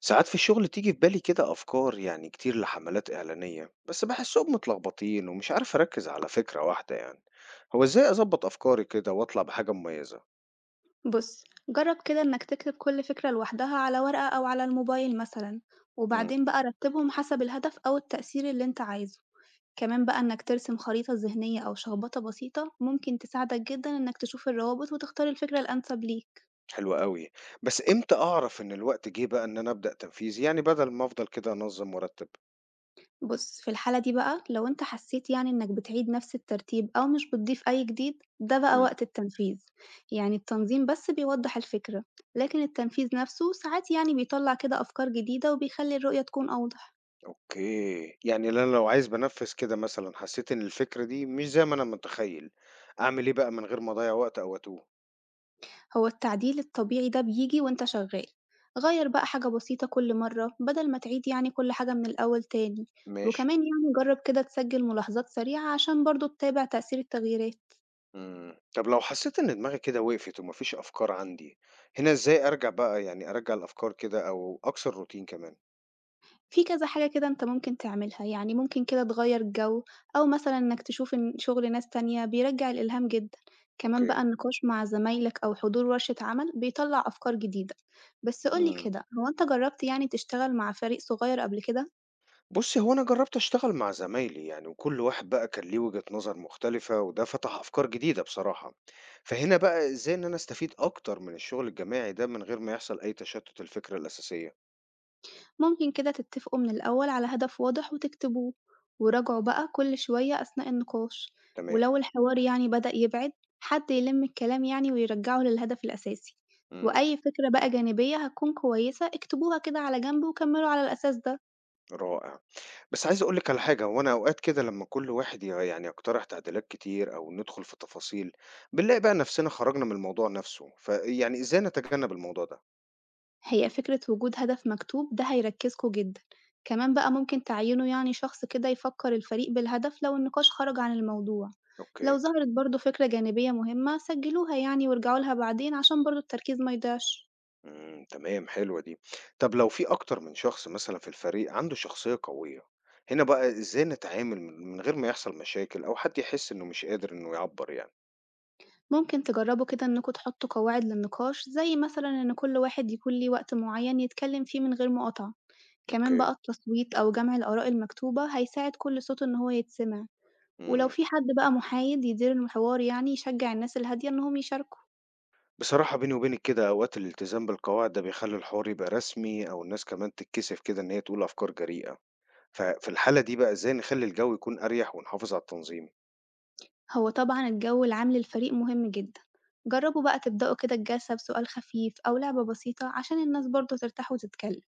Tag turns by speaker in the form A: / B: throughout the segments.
A: ساعات في الشغل تيجي في بالي كده أفكار يعني كتير لحملات إعلانية بس بحسهم متلخبطين ومش عارف أركز على فكرة واحدة يعني هو إزاي أظبط أفكاري كده وأطلع بحاجة مميزة؟
B: بُص، جرّب كده إنك تكتب كل فكرة لوحدها على ورقة أو على الموبايل مثلًا،
A: امم
B: وبعدين بقى رتّبهم حسب الهدف أو التأثير اللي أنت عايزه، كمان بقى إنك ترسم خريطة ذهنية أو شخبطة بسيطة ممكن تساعدك جدًا إنك تشوف الروابط وتختار الفكرة الأنسب ليك.
A: حلوة قوي، بس إمتى أعرف إن الوقت جه بقى إن أنا أبدأ تنفيذ يعني بدل ما أفضل كده أنظم وأرتب؟
B: بُص، في الحالة دي بقى لو أنت حسيت إنك بتعيد نفس الترتيب أو مش بتضيف أي جديد، ده بقى
A: امم
B: وقت التنفيذ، يعني التنظيم بس بيوضّح الفكرة، لكن التنفيذ نفسه ساعات بيطلّع كده أفكار جديدة وبيخلّي الرؤية تكون أوضح.
A: أوكي، يعني أنا لو عايز بنفذ كده مثلا حسيت إن الفكرة دي مش زي ما أنا متخيل أعمل إيه بقى من غير ما أضيع وقت أو أتوه؟
B: هو التعديل الطبيعي ده بيجي وانت شغال، غير بقى حاجة بسيطة كل مرة بدل ما تعيد كل حاجة من الأول تاني،
A: ماشي.
B: وكمان جرب كده تسجل ملاحظات سريعة عشان برضو تتابع تأثير التغييرات.
A: طب لو حسّيت إن دماغي كده وقفت وما فيش أفكار عندي، هنا إزاي أرجع بقى يعني أرجّع الأفكار كده أو أكسر الروتين كمان؟
B: في كذا حاجة كده انت ممكن تعملها، يعني ممكن كده تغير الجو، أو مثلا انك تشوف ان شغل ناس تانية بيرجع الإلهام جدا، كمان
A: أوكي.
B: بقى النقاش مع زمايلك أو حضور ورشة عمل بيطلع أفكار جديدة. بس قولي
A: إمم.
B: كده، هو انت جربت تشتغل مع فريق صغير قبل كده؟
A: بُصّي، هو أنا جرّبت أشتغل مع زمايلي يعني وكل واحد بقى كان ليه وجهة نظر مختلفة وده فتح أفكار جديدة بصراحة. فهنا بقى إزاي إن أنا أستفيد أكتر من الشغل الجماعي ده من غير ما يحصل أي تشتُّت الفكرة الأساسية؟
B: ممكن كده تتفقوا من الأول على هدف واضح وتكتبوه، وراجعوا بقى كل شوية أثناء النقاش،
A: تمام.
B: ولو الحوار بدأ يبعد، حد يلم الكلام ويرجعه للهدف الأساسي،
A: إمم،
B: وأي فكرة بقى جانبية هتكون كويسة اكتبوها كده على جنب وكملوا على الأساس ده.
A: رائع. بس عايز أقول لِك على حاجة، هو أنا أوقات كده لمّا كل واحد يعني يقترح تعديلات كتير أو ندخل في تفاصيل، بنلاقي بقى نفسنا خرجنا من الموضوع نفسه، فيعني إزاي نتجنب الموضوع ده؟
B: هي فكرة وجود هدف مكتوب ده هيركزكوا جدا، كمان بقى ممكن تعينوا شخص كده يفكر الفريق بالهدف لو النقاش خرج عن الموضوع، لو
A: أوكي،
B: ظهرت برضه فكرة جانبية مهمة سجلوها وارجعوا لها بعدين عشان برضه التركيز ما يضيعش.
A: إمم، تمام، حلوة دي. طب لو في أكتر من شخص مثلًا في الفريق عنده شخصية قوية، هنا بقى إزاي نتعامل من غير ما يحصل مشاكل أو حد يحس إنه مش قادر إنه يعبّر يعني؟
B: ممكن تجربوا كده إنكم تحطوا قواعد للنقاش زي مثلًا إن كل واحد يكون ليه وقت معين يتكلم فيه من غير مقاطعة، كمان
A: أوكي،
B: بقى التصويت أو جمع الآراء المكتوبة هيساعد كل صوت إن هو يتسمع، ولو
A: إمم.
B: في حد بقى محايد يدير الحوار يشجع الناس الهادية إنهم يشاركوا.
A: بصراحة بيني وبينِك كده أوقات الالتزام بالقواعد ده بيخلّي الحوار يبقى رسمي أو الناس كمان تتكسف كده إن هي تقول أفكار جريئة. ففي الحالة دي بقى إزاي نخلّي الجو يكون أريح ونحافظ على التنظيم؟
B: هو طبعًا الجو العام للفريق مهم جدًا، جربوا بقى تبدأوا كده الجلسة بسؤال خفيف أو لعبة بسيطة عشان الناس برضه ترتاح وتتكلم،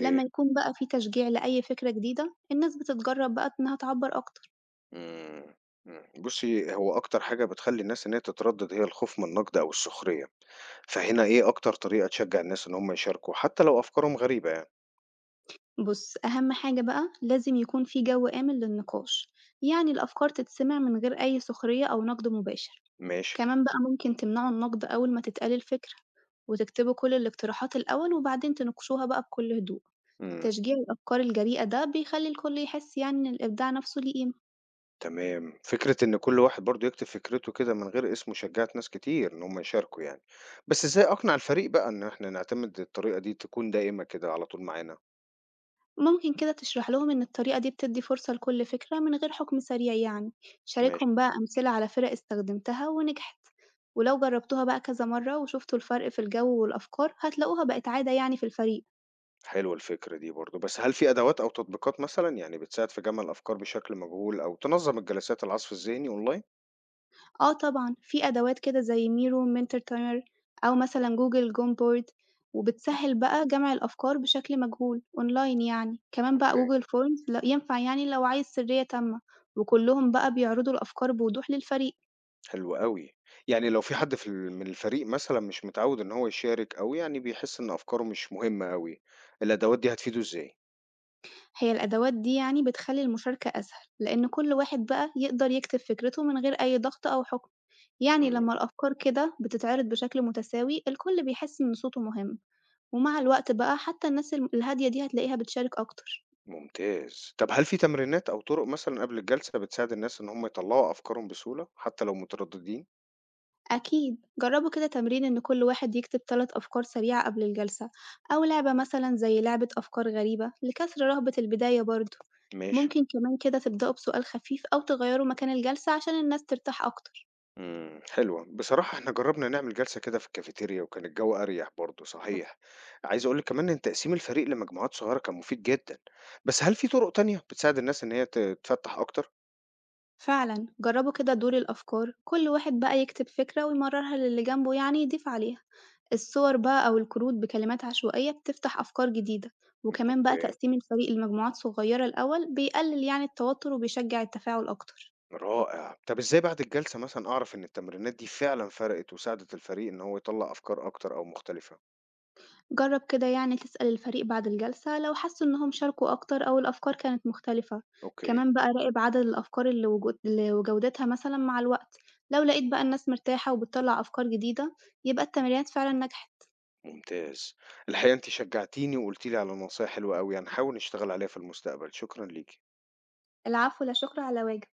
B: لما يكون بقى في تشجيع لأي فكرة جديدة الناس بتتجرب بقى إنها تعبر أكتر.
A: إمم، إمم. بُصّي، هو أكتر حاجة بتخلّي الناس إن هي تتردد هي الخوف من النقد أو السخرية، فهنا إيه أكتر طريقة تشجّع الناس إن هم يشاركوا حتى لو أفكارهم غريبة يعني؟
B: بُص، أهم حاجة بقى لازم يكون في جو آمن للنقاش، يعني الأفكار تتسمع من غير أي سخرية أو نقد مباشر،
A: ماشي،
B: كمان بقى ممكن تمنعوا النقد أول ما تتقال الفكرة، وتكتبوا كل الاقتراحات الأول وبعدين تناقشوها بقى بكل هدوء،
A: إمم،
B: تشجيع الأفكار الجريئة ده بيخلي الكل يحس إن الإبداع نفسه ليه قيمة.
A: تمام. فكرة إن كل واحد برضه يكتب فكرته كده من غير اسمه شجّعت ناس كتير إن هم يشاركوا يعني، بس إزاي أقنع الفريق بقى إن إحنا نعتمد الطريقة دي تكون دائمة كده على طول معانا؟
B: ممكن كده تشرح لهم إن الطريقة دي بتدي فرصة لكل فكرة من غير حكم سريع.
A: ماشي.
B: شاركهم بقى أمثلة على فرق استخدمتها ونجحت، ولو جربتوها بقى كذا مرة وشفتوا الفرق في الجو والأفكار هتلاقوها بقت عادة في الفريق.
A: حلوة الفكرة دي برضه، بس هل في أدوات أو تطبيقات مثلًا يعني بتساعد في جمع الأفكار بشكل مجهول أو تنظّم الجلسات العصف الذهني أونلاين؟
B: آه طبعًا في أدوات كده زي ميرو، منتور تايمر، أو مثلًا جوجل جوم بورد،
A: مم.
B: وبتسهل بقى جمع الأفكار بشكل مجهول أونلاين. كمان بقى
A: أوكي،
B: جوجل فورمز ينفع لو عايز سرية تامة، وكلهم بقى بيعرضوا الأفكار بوضوح للفريق.
A: حلو أوي. يعني لو في حد في من الفريق مثلًا مش متعوّد إن هو يشارك أو يعني بيحس إن أفكاره مش مهمة أوي، الأدوات دي هتفيده إزاي؟
B: هي الأدوات دي بتخلّي المشاركة أسهل، لإن كل واحد بقى يقدر يكتب فكرته من غير أي ضغط أو حكم، يعني
A: مم.
B: لمّا الأفكار كده بتتعرض بشكل متساوي الكل بيحس إن صوته مهم، ومع الوقت بقى حتى الناس الهادية دي هتلاقيها بتشارك أكتر.
A: ممتاز. طب هل في تمرينات أو طُرق مثلًا قبل الجلسة بتساعد الناس إن هم يطلّعوا أفكارهم بسهولة حتى لو مترددين؟
B: أكيد، جرّبوا كده تمرين إن كل واحد يكتب 3 أفكار سريعة قبل الجلسة، أو لعبة مثلًا زي لعبة أفكار غريبة لكسر رهبة البداية برضه.
A: ماشي.
B: ممكن كمان كده تبدأوا بسؤال خفيف أو تغيّروا مكان الجلسة عشان الناس ترتاح أكتر.
A: حلوة. بصراحة إحنا جرّبنا نعمل جلسة كده في الكافيتيريا وكان الجو أريح برضه صحيح. عايز أقول لِك كمان إن تقسيم الفريق لمجموعات صغيرة كان مفيد جدًا. بس هل في طرق تانية بتساعد الناس إن هي تفتّح أكتر؟
B: فعلا جربوا كده دور الأفكار، كل واحد بقى يكتب فكرة ويمررها للي جنبه يضيف عليها، الصور بقى أو الكروت بكلمات عشوائية بتفتح أفكار جديدة، وكمان بقى
A: أوكي،
B: تقسيم الفريق لمجموعات صغيرة الأول بيقلل التوتر وبيشجع التفاعل أكتر.
A: رائع. طب إزاي بعد الجلسة مثلًا أعرف إن التمرينات دي فعلًا فرقت وساعدت الفريق إن هو يطلّع أفكار أكتر أو مختلفة؟
B: جرب كده تسأل الفريق بعد الجلسة لو حسوا إنهم شاركوا أكتر أو الأفكار كانت مختلفة،
A: أوكي،
B: كمان بقى راقب عدد الأفكار اللي وجودتها مثلا مع الوقت، لو لقيت بقى الناس مرتاحة وبتطلع أفكار جديدة يبقى التمرينات فعلا نجحت.
A: ممتاز. الحقيقة أنتِ شجّعتيني وقُلتِ لي على نصايح حلوة أوي، هنحاول نشتغل عليها في المستقبل. شكرًا ليكِ.
B: العفو، لا شكر على واجب.